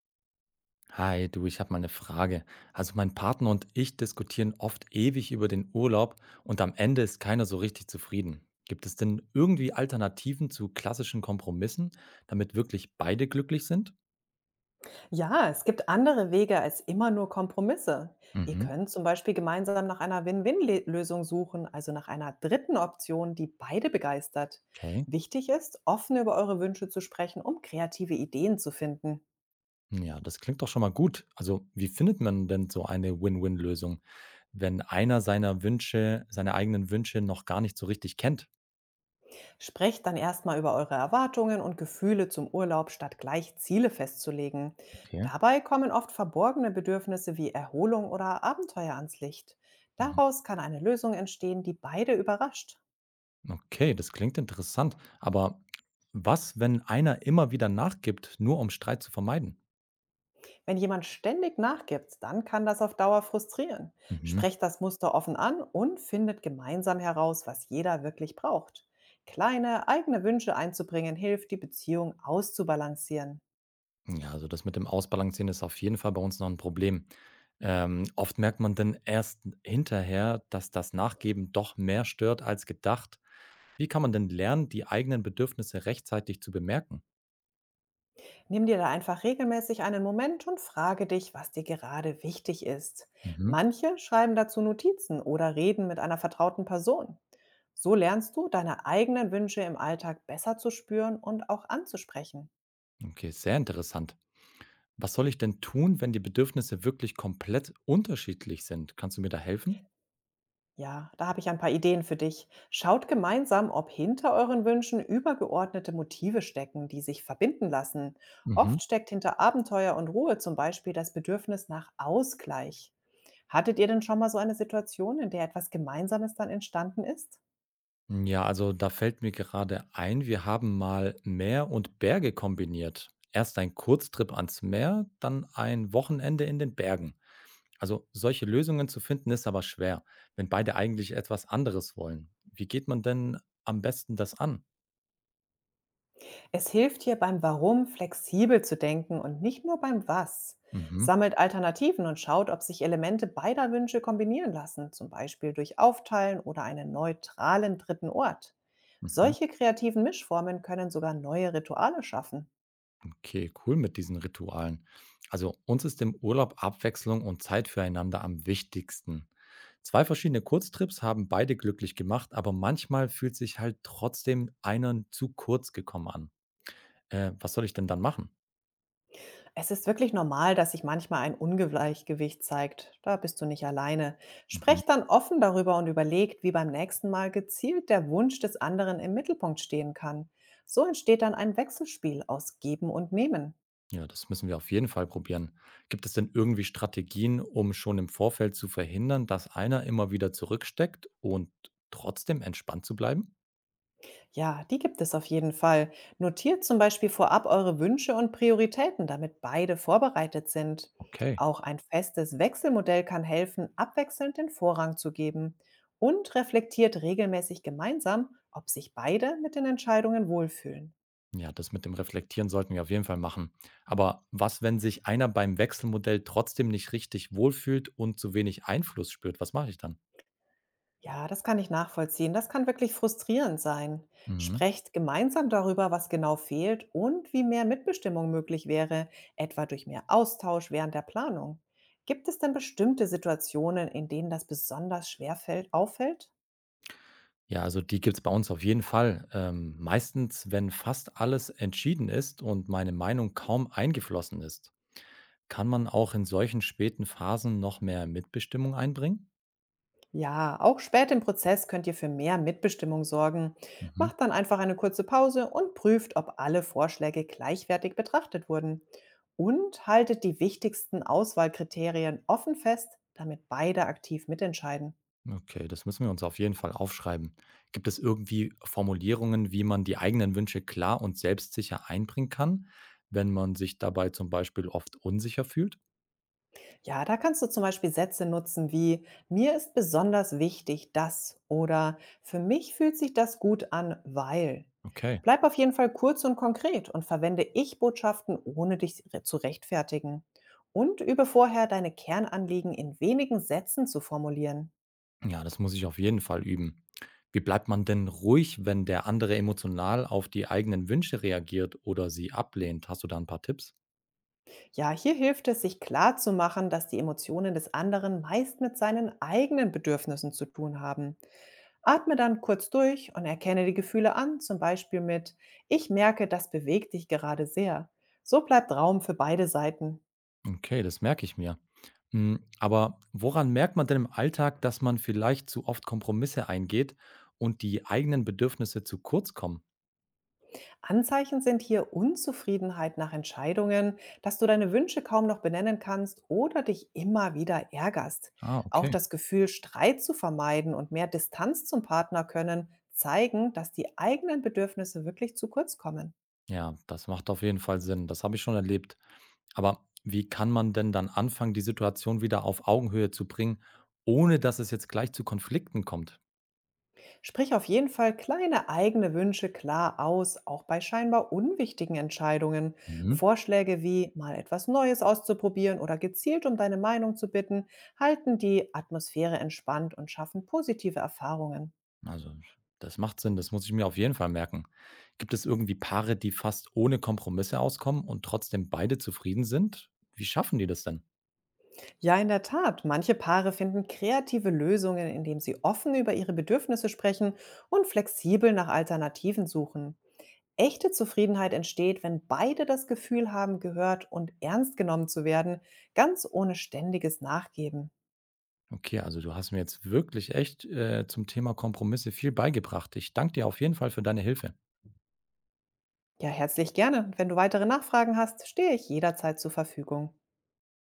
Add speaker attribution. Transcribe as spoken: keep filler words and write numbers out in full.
Speaker 1: Hi, du, ich habe mal eine Frage. Also mein Partner und ich diskutieren oft ewig über den Urlaub und am Ende ist keiner so richtig zufrieden. Gibt es denn irgendwie Alternativen zu klassischen Kompromissen, damit wirklich beide glücklich sind?
Speaker 2: Ja, es gibt andere Wege als immer nur Kompromisse. Ihr
Speaker 1: Mhm,
Speaker 2: könnt zum Beispiel gemeinsam nach einer Win-Win-Lösung suchen, also nach einer dritten Option, die beide begeistert.
Speaker 1: okay.
Speaker 2: Wichtig ist, offen über eure Wünsche zu sprechen, um kreative Ideen zu finden.
Speaker 1: Ja, das klingt doch schon mal gut. Also wie findet man denn so eine Win-Win-Lösung, wenn einer seiner Wünsche, seine eigenen Wünsche noch gar nicht so richtig kennt?
Speaker 2: Sprecht dann erstmal über eure Erwartungen und Gefühle zum Urlaub, statt gleich Ziele festzulegen.
Speaker 1: Okay.
Speaker 2: Dabei kommen oft verborgene Bedürfnisse wie Erholung oder Abenteuer ans Licht.
Speaker 1: Mhm.
Speaker 2: Daraus kann eine Lösung entstehen, die beide überrascht.
Speaker 1: Okay, das klingt interessant. Aber was, wenn einer immer wieder nachgibt, nur um Streit zu vermeiden?
Speaker 2: Wenn jemand ständig nachgibt, dann kann das auf Dauer frustrieren.
Speaker 1: Mhm.
Speaker 2: Sprecht das Muster offen an und findet gemeinsam heraus, was jeder wirklich braucht. Kleine eigene Wünsche einzubringen hilft, die Beziehung auszubalancieren.
Speaker 1: Ja, also das mit dem Ausbalancieren ist auf jeden Fall bei uns noch ein Problem. Ähm, oft merkt man dann erst hinterher, dass das Nachgeben doch mehr stört als gedacht. Wie kann man denn lernen, die eigenen Bedürfnisse rechtzeitig zu bemerken?
Speaker 2: Nimm dir da einfach regelmäßig einen Moment und frage dich, was dir gerade wichtig ist.
Speaker 1: Mhm.
Speaker 2: Manche schreiben dazu Notizen oder reden mit einer vertrauten Person. So lernst du, deine eigenen Wünsche im Alltag besser zu spüren und auch anzusprechen.
Speaker 1: Okay, sehr interessant. Was soll ich denn tun, wenn die Bedürfnisse wirklich komplett unterschiedlich sind? Kannst du mir da helfen?
Speaker 2: Ja, da habe ich ein paar Ideen für dich. Schaut gemeinsam, ob hinter euren Wünschen übergeordnete Motive stecken, die sich verbinden lassen.
Speaker 1: Mhm.
Speaker 2: Oft steckt hinter Abenteuer und Ruhe zum Beispiel das Bedürfnis nach Ausgleich. Hattet ihr denn schon mal so eine Situation, in der etwas Gemeinsames dann entstanden ist?
Speaker 1: Ja, also da fällt mir gerade ein, wir haben mal Meer und Berge kombiniert. Erst ein Kurztrip ans Meer, dann ein Wochenende in den Bergen. Also solche Lösungen zu finden ist aber schwer, wenn beide eigentlich etwas anderes wollen. Wie geht man denn am besten das an?
Speaker 2: Es hilft hier beim Warum flexibel zu denken und nicht nur beim Was.
Speaker 1: Mhm.
Speaker 2: Sammelt Alternativen und schaut, ob sich Elemente beider Wünsche kombinieren lassen, zum Beispiel durch Aufteilen oder einen neutralen dritten Ort.
Speaker 1: Mhm.
Speaker 2: Solche kreativen Mischformen können sogar neue Rituale schaffen.
Speaker 1: Okay, cool mit diesen Ritualen. Also uns ist im Urlaub Abwechslung und Zeit füreinander am wichtigsten. Zwei verschiedene Kurztrips haben beide glücklich gemacht, aber manchmal fühlt sich halt trotzdem einer zu kurz gekommen an. Äh, was soll ich denn dann machen?
Speaker 2: Es ist wirklich normal, dass sich manchmal ein Ungleichgewicht zeigt. Da bist du nicht alleine.
Speaker 1: Mhm.
Speaker 2: Sprecht dann offen darüber und überlegt, wie beim nächsten Mal gezielt der Wunsch des anderen im Mittelpunkt stehen kann. So entsteht dann ein Wechselspiel aus Geben und Nehmen.
Speaker 1: Ja, das müssen wir auf jeden Fall probieren. Gibt es denn irgendwie Strategien, um schon im Vorfeld zu verhindern, dass einer immer wieder zurücksteckt und trotzdem entspannt zu bleiben?
Speaker 2: Ja, die gibt es auf jeden Fall. Notiert zum Beispiel vorab eure Wünsche und Prioritäten, damit beide vorbereitet sind.
Speaker 1: Okay.
Speaker 2: Auch ein festes Wechselmodell kann helfen, abwechselnd den Vorrang zu geben. Und reflektiert regelmäßig gemeinsam, ob sich beide mit den Entscheidungen wohlfühlen.
Speaker 1: Ja, das mit dem Reflektieren sollten wir auf jeden Fall machen. Aber was, wenn sich einer beim Wechselmodell trotzdem nicht richtig wohlfühlt und zu wenig Einfluss spürt? Was mache ich dann?
Speaker 2: Ja, das kann ich nachvollziehen. Das kann wirklich frustrierend sein.
Speaker 1: Mhm.
Speaker 2: Sprecht gemeinsam darüber, was genau fehlt und wie mehr Mitbestimmung möglich wäre, etwa durch mehr Austausch während der Planung. Gibt es denn bestimmte Situationen, in denen das besonders schwer fällt, auffällt?
Speaker 1: Ja, also die gibt es bei uns auf jeden Fall. Ähm, meistens, wenn fast alles entschieden ist und meine Meinung kaum eingeflossen ist, kann man auch in solchen späten Phasen noch mehr Mitbestimmung einbringen?
Speaker 2: Ja, auch spät im Prozess könnt ihr für mehr Mitbestimmung sorgen.
Speaker 1: Mhm.
Speaker 2: Macht dann einfach eine kurze Pause und prüft, ob alle Vorschläge gleichwertig betrachtet wurden. Und haltet die wichtigsten Auswahlkriterien offen fest, damit beide aktiv mitentscheiden.
Speaker 1: Okay, das müssen wir uns auf jeden Fall aufschreiben. Gibt es irgendwie Formulierungen, wie man die eigenen Wünsche klar und selbstsicher einbringen kann, wenn man sich dabei zum Beispiel oft unsicher fühlt?
Speaker 2: Ja, da kannst du zum Beispiel Sätze nutzen wie mir ist besonders wichtig das oder für mich fühlt sich das gut an, weil.
Speaker 1: Okay,
Speaker 2: Bleib auf jeden Fall kurz und konkret und verwende Ich-Botschaften, ohne dich re- zu rechtfertigen. Und übe vorher, deine Kernanliegen in wenigen Sätzen zu formulieren.
Speaker 1: ja, das muss ich auf jeden Fall üben. Wie bleibt man denn ruhig, wenn der andere emotional auf die eigenen Wünsche reagiert oder sie ablehnt? Hast du da ein paar Tipps?
Speaker 2: Ja, hier hilft es, sich klar zu machen, dass die Emotionen des anderen meist mit seinen eigenen Bedürfnissen zu tun haben. Atme dann kurz durch und erkenne die Gefühle an, zum Beispiel mit Ich merke, das bewegt dich gerade sehr. So bleibt Raum für beide Seiten.
Speaker 1: Okay, das merke ich mir. Mm, aber woran merkt man denn im Alltag, dass man vielleicht zu oft Kompromisse eingeht und die eigenen Bedürfnisse zu kurz kommen?
Speaker 2: Anzeichen sind hier Unzufriedenheit nach Entscheidungen, dass du deine Wünsche kaum noch benennen kannst oder dich immer wieder ärgerst.
Speaker 1: Ah,
Speaker 2: Auch
Speaker 1: okay.
Speaker 2: das Gefühl, Streit zu vermeiden und mehr Distanz zum Partner können, zeigen, dass die eigenen Bedürfnisse wirklich zu kurz kommen.
Speaker 1: Ja, das macht auf jeden Fall Sinn. Das habe ich schon erlebt. Aber wie kann man denn dann anfangen, die Situation wieder auf Augenhöhe zu bringen, ohne dass es jetzt gleich zu Konflikten kommt?
Speaker 2: Sprich auf jeden Fall kleine eigene Wünsche klar aus, auch bei scheinbar unwichtigen Entscheidungen.
Speaker 1: Mhm.
Speaker 2: Vorschläge wie mal etwas Neues auszuprobieren oder gezielt um deine Meinung zu bitten, halten die Atmosphäre entspannt und schaffen positive Erfahrungen.
Speaker 1: Also, das macht Sinn, das muss ich mir auf jeden Fall merken. Gibt es irgendwie Paare, die fast ohne Kompromisse auskommen und trotzdem beide zufrieden sind? Wie schaffen die das denn?
Speaker 2: Ja, in der Tat, manche Paare finden kreative Lösungen, indem sie offen über ihre Bedürfnisse sprechen und flexibel nach Alternativen suchen. Echte Zufriedenheit entsteht, wenn beide das Gefühl haben, gehört und ernst genommen zu werden, ganz ohne ständiges Nachgeben.
Speaker 1: Okay, also du hast mir jetzt wirklich echt äh, zum Thema Kompromisse viel beigebracht. Ich danke dir auf jeden Fall für deine Hilfe.
Speaker 2: Ja, herzlich gerne. Und wenn du weitere Nachfragen hast, stehe ich jederzeit zur Verfügung.